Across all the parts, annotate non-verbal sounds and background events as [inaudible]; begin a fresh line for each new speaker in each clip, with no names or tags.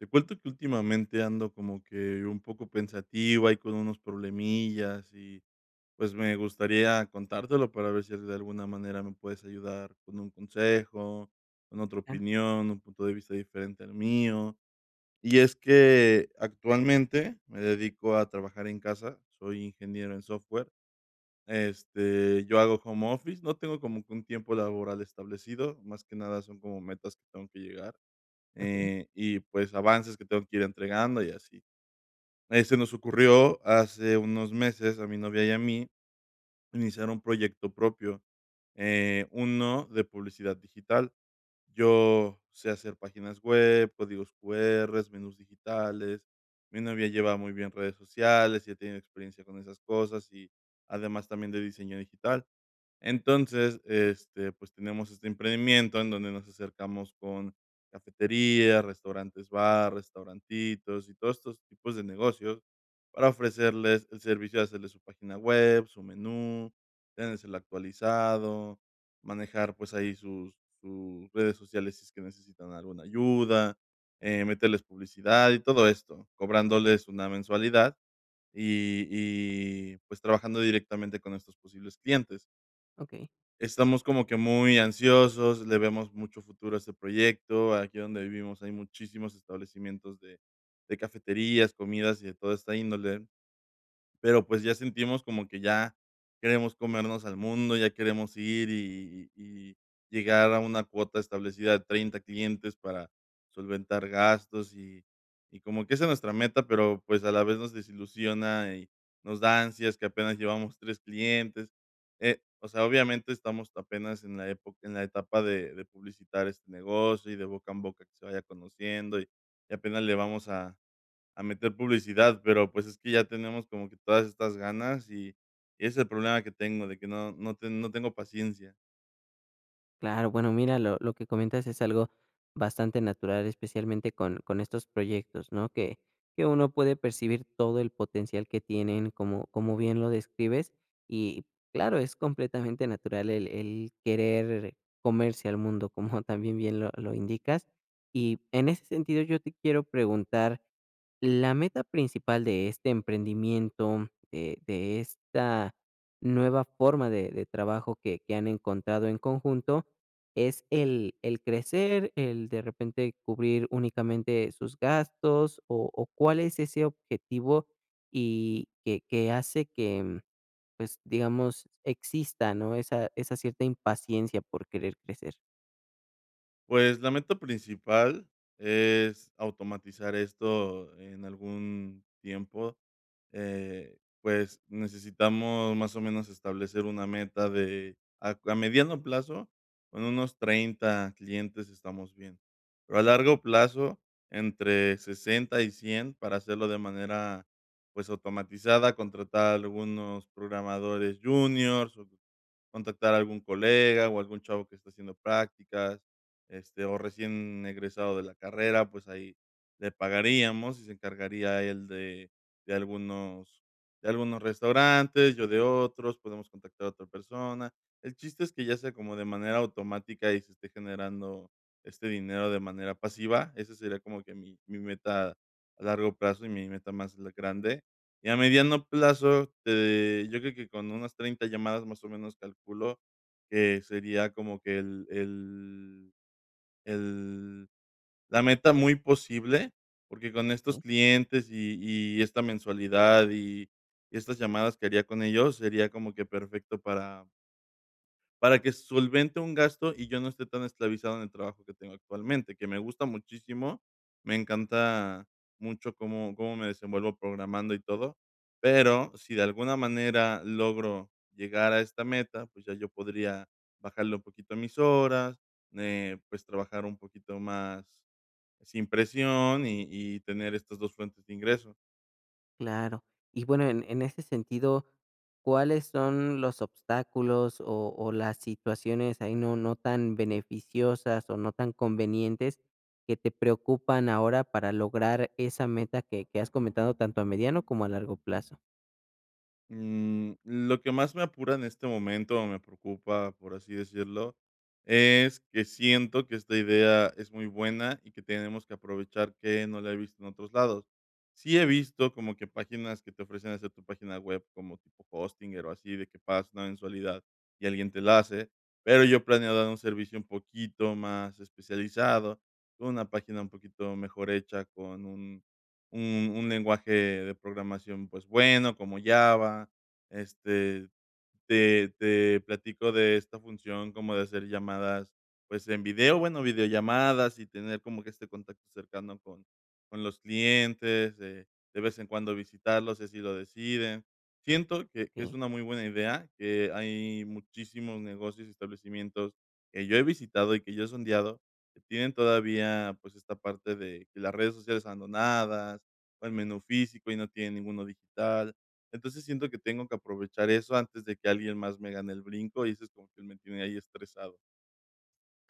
Te cuento que últimamente ando como que un poco pensativo, y con unos problemillas y pues me gustaría contártelo para ver si de alguna manera me puedes ayudar con un consejo, con otra
Claro,
opinión, un punto de vista diferente al mío. Y es que actualmente me dedico a trabajar en casa, soy ingeniero en software. Este, yo hago home office, no tengo como que un tiempo laboral establecido, más que nada son como metas que tengo que llegar
okey,
y, pues, avances que tengo que ir entregando y así. Se nos ocurrió hace unos meses, a mi novia y a mí, iniciar un proyecto propio, uno de publicidad digital. Yo sé hacer páginas web, códigos QRs, menús digitales. Mi novia lleva muy bien redes sociales, y tiene experiencia con esas cosas y además también de diseño digital. Entonces, este, pues tenemos este emprendimiento en donde nos acercamos con cafeterías, restaurantes bar, restaurantitos y todos estos tipos de negocios para ofrecerles el servicio de hacerles su página web, su menú, tenerse el actualizado, manejar pues ahí sus, sus redes sociales si es que necesitan alguna ayuda, meterles publicidad y todo esto, cobrándoles una mensualidad y pues trabajando directamente con estos posibles clientes.
okey.
Estamos como que muy ansiosos, le vemos mucho futuro a este proyecto. Aquí donde vivimos hay muchísimos establecimientos de cafeterías, comidas y de toda esta índole, pero pues ya sentimos como que ya queremos comernos al mundo, ya queremos ir y llegar a una cuota establecida de 30 clientes para solventar gastos y como que esa es nuestra meta, pero pues a la vez nos desilusiona y nos da ansias que apenas llevamos 3 clientes. O sea, obviamente estamos apenas en la época en la etapa de publicitar este negocio y de boca en boca que se vaya conociendo y apenas le vamos a meter publicidad, pero, pues, es que ya tenemos como que todas estas ganas y ese es el problema que tengo, de que no tengo paciencia.
Claro, bueno, mira, lo que comentas es algo bastante natural, especialmente con estos proyectos, ¿no? Que uno puede percibir todo el potencial que tienen, como bien lo describes, y claro, es completamente natural el querer comerse al mundo, [laughs] como también bien lo indicas. Y en ese sentido, yo te quiero preguntar, la meta principal de este emprendimiento, de esta nueva forma de trabajo que han encontrado en conjunto, ¿es el crecer, el de repente cubrir únicamente sus gastos, o, cuál es ese objetivo y que hace que, pues, digamos, exista? ¿No? Esa cierta impaciencia por querer crecer.
Pues, la meta principal es automatizar esto en algún tiempo. Pues, necesitamos más o menos establecer una meta de a mediano plazo, con unos 30 clientes estamos bien, pero a largo plazo, entre 60 y 100 para hacerlo de manera, pues, automatizada, contratar algunos programadores juniors, o contactar a algún colega, o algún chavo que está haciendo prácticas, este, o recién egresado de la carrera, pues ahí le pagaríamos y se encargaría él de algunos, de algunos restaurantes, yo de otros, podemos contactar a otra persona. El chiste es que ya sea como de manera automática y se esté generando este dinero de manera pasiva. Esa sería como que mi meta a largo plazo y mi meta más grande. Y a mediano plazo, yo creo que con unas 30 llamadas más o menos calculo que sería como que el el la meta muy posible, porque con estos clientes y esta mensualidad y estas llamadas que haría con ellos, sería como que perfecto para que solvente un gasto y yo no esté tan esclavizado en el trabajo que tengo actualmente, que me gusta muchísimo. Me encanta mucho cómo me desenvuelvo programando y todo, pero si de alguna manera logro llegar a esta meta, pues ya yo podría bajarle un poquito a mis horas, pues trabajar un poquito más sin presión y tener estas 2 fuentes de ingreso.
Claro. Y bueno, en ese sentido, ¿cuáles son los obstáculos o las situaciones ahí no tan beneficiosas o no tan convenientes que te preocupan ahora para lograr esa meta que has comentado tanto a mediano como a largo plazo?
Lo que más me apura en este momento, o me preocupa, por así decirlo, es que siento que esta idea es muy buena y que tenemos que aprovechar que no la he visto en otros lados. Sí he visto como que páginas que te ofrecen hacer tu página web como tipo Hostinger o así, de que pagas una mensualidad y alguien te la hace, pero yo planeo dar un servicio un poquito más especializado, con una página un poquito mejor hecha, con un lenguaje de programación, pues, bueno, como Java, este, te platico de esta función como de hacer llamadas, pues, en video, bueno, videollamadas y tener como que este contacto cercano con los clientes, de vez en cuando visitarlos, si así lo deciden. Siento que es
¿Ok?
una muy buena idea, que hay muchísimos negocios y establecimientos que yo he visitado y que yo he sondeado, que tienen todavía, pues, esta parte de que las redes sociales abandonadas, o el menú físico y no tienen ninguno digital. Entonces, siento que tengo que aprovechar eso antes de que alguien más me gane el brinco, y eso es como que me tiene ahí estresado.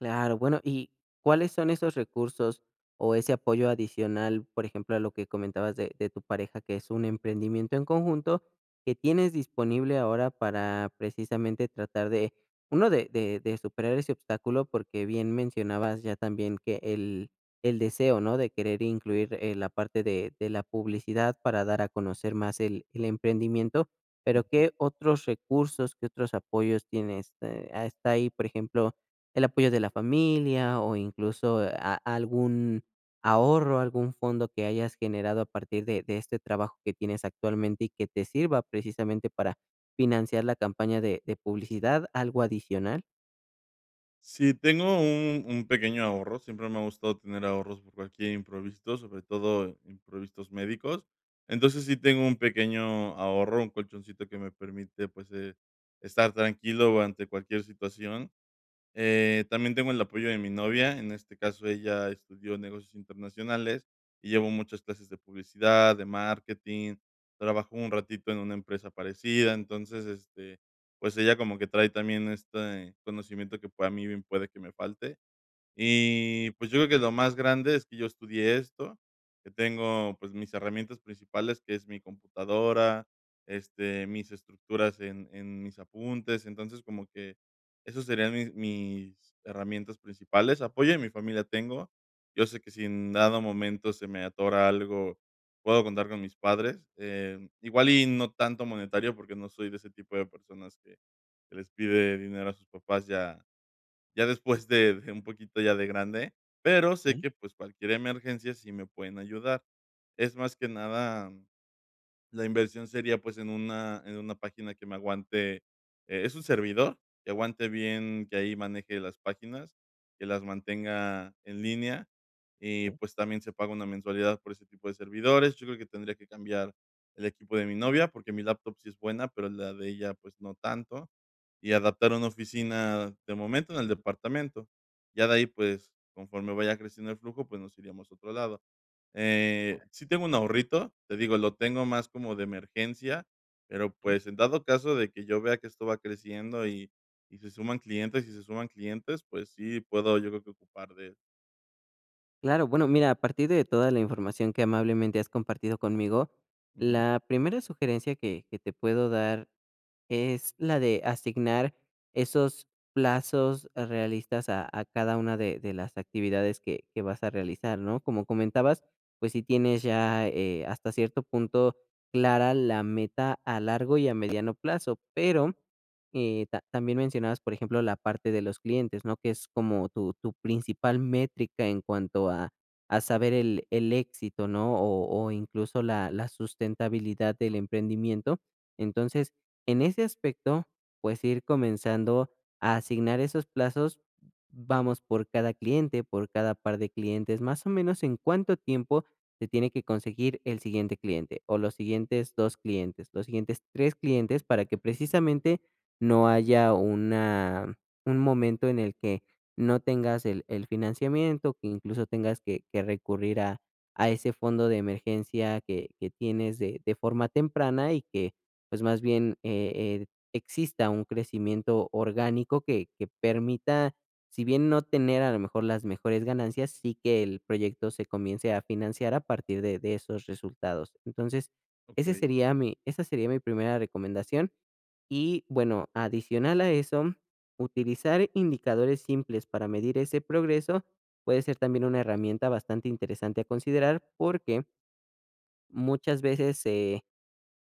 Claro, bueno, ¿y cuáles son esos recursos o ese apoyo adicional? Por ejemplo, a lo que comentabas de tu pareja, que es un emprendimiento en conjunto, que tienes disponible ahora para precisamente tratar de, uno, de superar ese obstáculo, porque bien mencionabas ya también que el deseo, ¿no? De querer incluir, la parte de la publicidad para dar a conocer más el emprendimiento, pero
Ujú.
¿qué otros recursos, qué otros apoyos tienes? ¿Está ahí, por ejemplo? El apoyo de la familia o incluso, a algún ahorro, algún fondo que hayas generado a partir de este trabajo que tienes actualmente y que te sirva precisamente para financiar la campaña de publicidad, algo adicional.
Sí, tengo un pequeño ahorro, siempre me ha gustado tener ahorros por cualquier imprevisto, sobre todo imprevistos médicos. Entonces, sí tengo un pequeño ahorro, un colchoncito que me permite, pues, estar tranquilo ante cualquier situación. También tengo el apoyo de mi novia, en este caso ella estudió negocios internacionales y llevo muchas clases de publicidad, de marketing, trabajó un ratito en una empresa parecida, entonces, este, pues ella como que trae también este conocimiento que pues, a mí bien puede que me falte y, pues, yo creo que lo más grande es que yo estudié esto, que tengo, pues, mis herramientas principales, que es mi computadora, este, mis estructuras en mis apuntes. Entonces, como que esos serían mis herramientas principales. Apoyo de mi familia tengo. Yo sé que si en dado momento se me atora algo, puedo contar con mis padres. Igual y no tanto monetario, porque no soy de ese tipo de personas que les pide dinero a sus papás ya ya después de un poquito ya de grande, pero sé
Sí,
que, pues, cualquier emergencia sí me pueden ayudar. Es más que nada la inversión sería, pues, en una página que me aguante, es un servidor que aguante bien, que ahí maneje las páginas, que las mantenga en línea y,
sí,
pues, también se paga una mensualidad por ese tipo de servidores. Yo creo que tendría que cambiar el equipo de mi novia, porque mi laptop sí es buena, pero la de ella, pues, no tanto, y adaptar una oficina de momento en el departamento. Ya de ahí, pues, conforme vaya creciendo el flujo, pues, nos iríamos a otro lado. Sí tengo un ahorrito, te digo, lo tengo más como de emergencia, pero,
sí.
pues, en dado caso de que yo vea que esto va creciendo y se suman clientes y se suman clientes, pues sí puedo, yo creo que ocupar de eso.
Claro, bueno, mira, a partir de toda la información que amablemente has compartido conmigo,
Ujú.
la primera sugerencia que te puedo dar es la de asignar esos plazos realistas a cada una de las actividades que vas a realizar, ¿no? Como comentabas, pues si tienes ya, hasta cierto punto clara la meta a largo y a mediano plazo, pero, ta también mencionabas, por ejemplo, la parte de los clientes, ¿no? Que es como tu principal métrica en cuanto a saber el éxito, ¿no? O incluso la sustentabilidad del emprendimiento. Entonces, en ese aspecto, pues ir comenzando a asignar esos plazos, vamos, por cada cliente, por cada par de clientes, más o menos en cuánto tiempo se tiene que conseguir el siguiente cliente o los siguientes dos clientes, los siguientes tres clientes, para que precisamente no haya una, un momento en el que no tengas el financiamiento, que incluso tengas que recurrir a ese fondo de emergencia que tienes de forma temprana y que pues más bien, eh, exista un crecimiento orgánico que permita, si bien no tener a lo mejor las mejores ganancias, sí que el proyecto se comience a financiar a partir de esos resultados. Entonces, ese
Okey,
sería mi, esa sería mi primera recomendación. Y bueno, adicional a eso, utilizar indicadores simples para medir ese progreso puede ser también una herramienta bastante interesante a considerar, porque muchas veces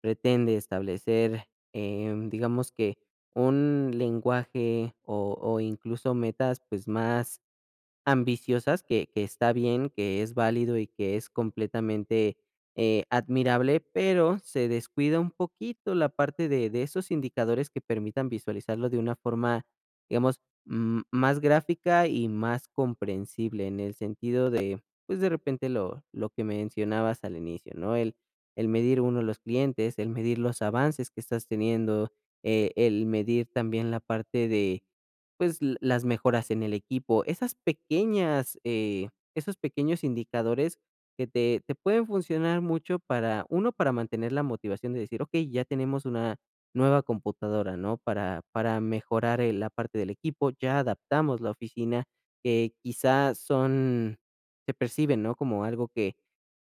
pretende establecer, digamos que un lenguaje o incluso metas, pues, más ambiciosas, que está bien, que es válido y que es completamente, admirable, pero se descuida un poquito la parte de esos indicadores que permitan visualizarlo de una forma, digamos, más gráfica y más comprensible, en el sentido de, pues, de repente lo que mencionabas al inicio, ¿no? El medir uno los clientes, el medir los avances que estás teniendo, el medir también la parte de pues, l las mejoras en el equipo, esas pequeñas, esos pequeños indicadores que te pueden funcionar mucho para, uno, para mantener la motivación de decir: "Ok, ya tenemos una nueva computadora", ¿no? Para mejorar, la parte del equipo, ya adaptamos la oficina, que quizá son, se perciben, ¿no? Como algo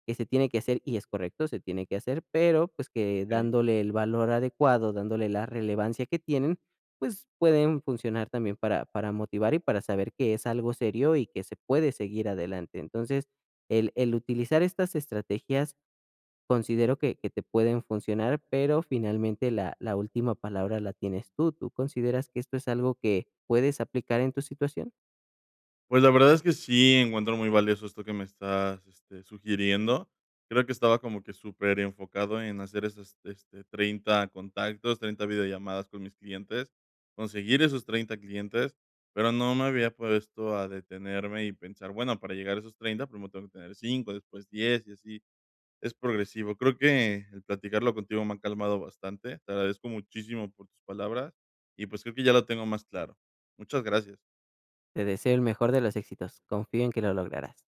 que se tiene que hacer, y es correcto, se tiene que hacer, pero, pues, que
okey.
dándole el valor adecuado, dándole la relevancia que tienen, pues, pueden funcionar también para motivar y para saber que es algo serio y que se puede seguir adelante. Entonces, el utilizar estas estrategias considero que te pueden funcionar, pero finalmente la última palabra la tienes tú. ¿Tú consideras que esto es algo que puedes aplicar en tu situación?
Pues la verdad es que sí encuentro muy valioso esto que me estás, este, sugiriendo. Creo que estaba como que súper enfocado en hacer esos este, 30 contactos, 30 videollamadas con mis clientes, conseguir esos 30 clientes, pero no me había puesto a detenerme y pensar, bueno, para llegar a esos 30 primero tengo que tener 5, después 10 y así es progresivo. Creo que el platicarlo contigo me ha calmado bastante. Te agradezco muchísimo por tus palabras y, pues, creo que ya lo tengo más claro. Muchas gracias.
Te deseo el mejor de los éxitos. Confío en que lo lograrás.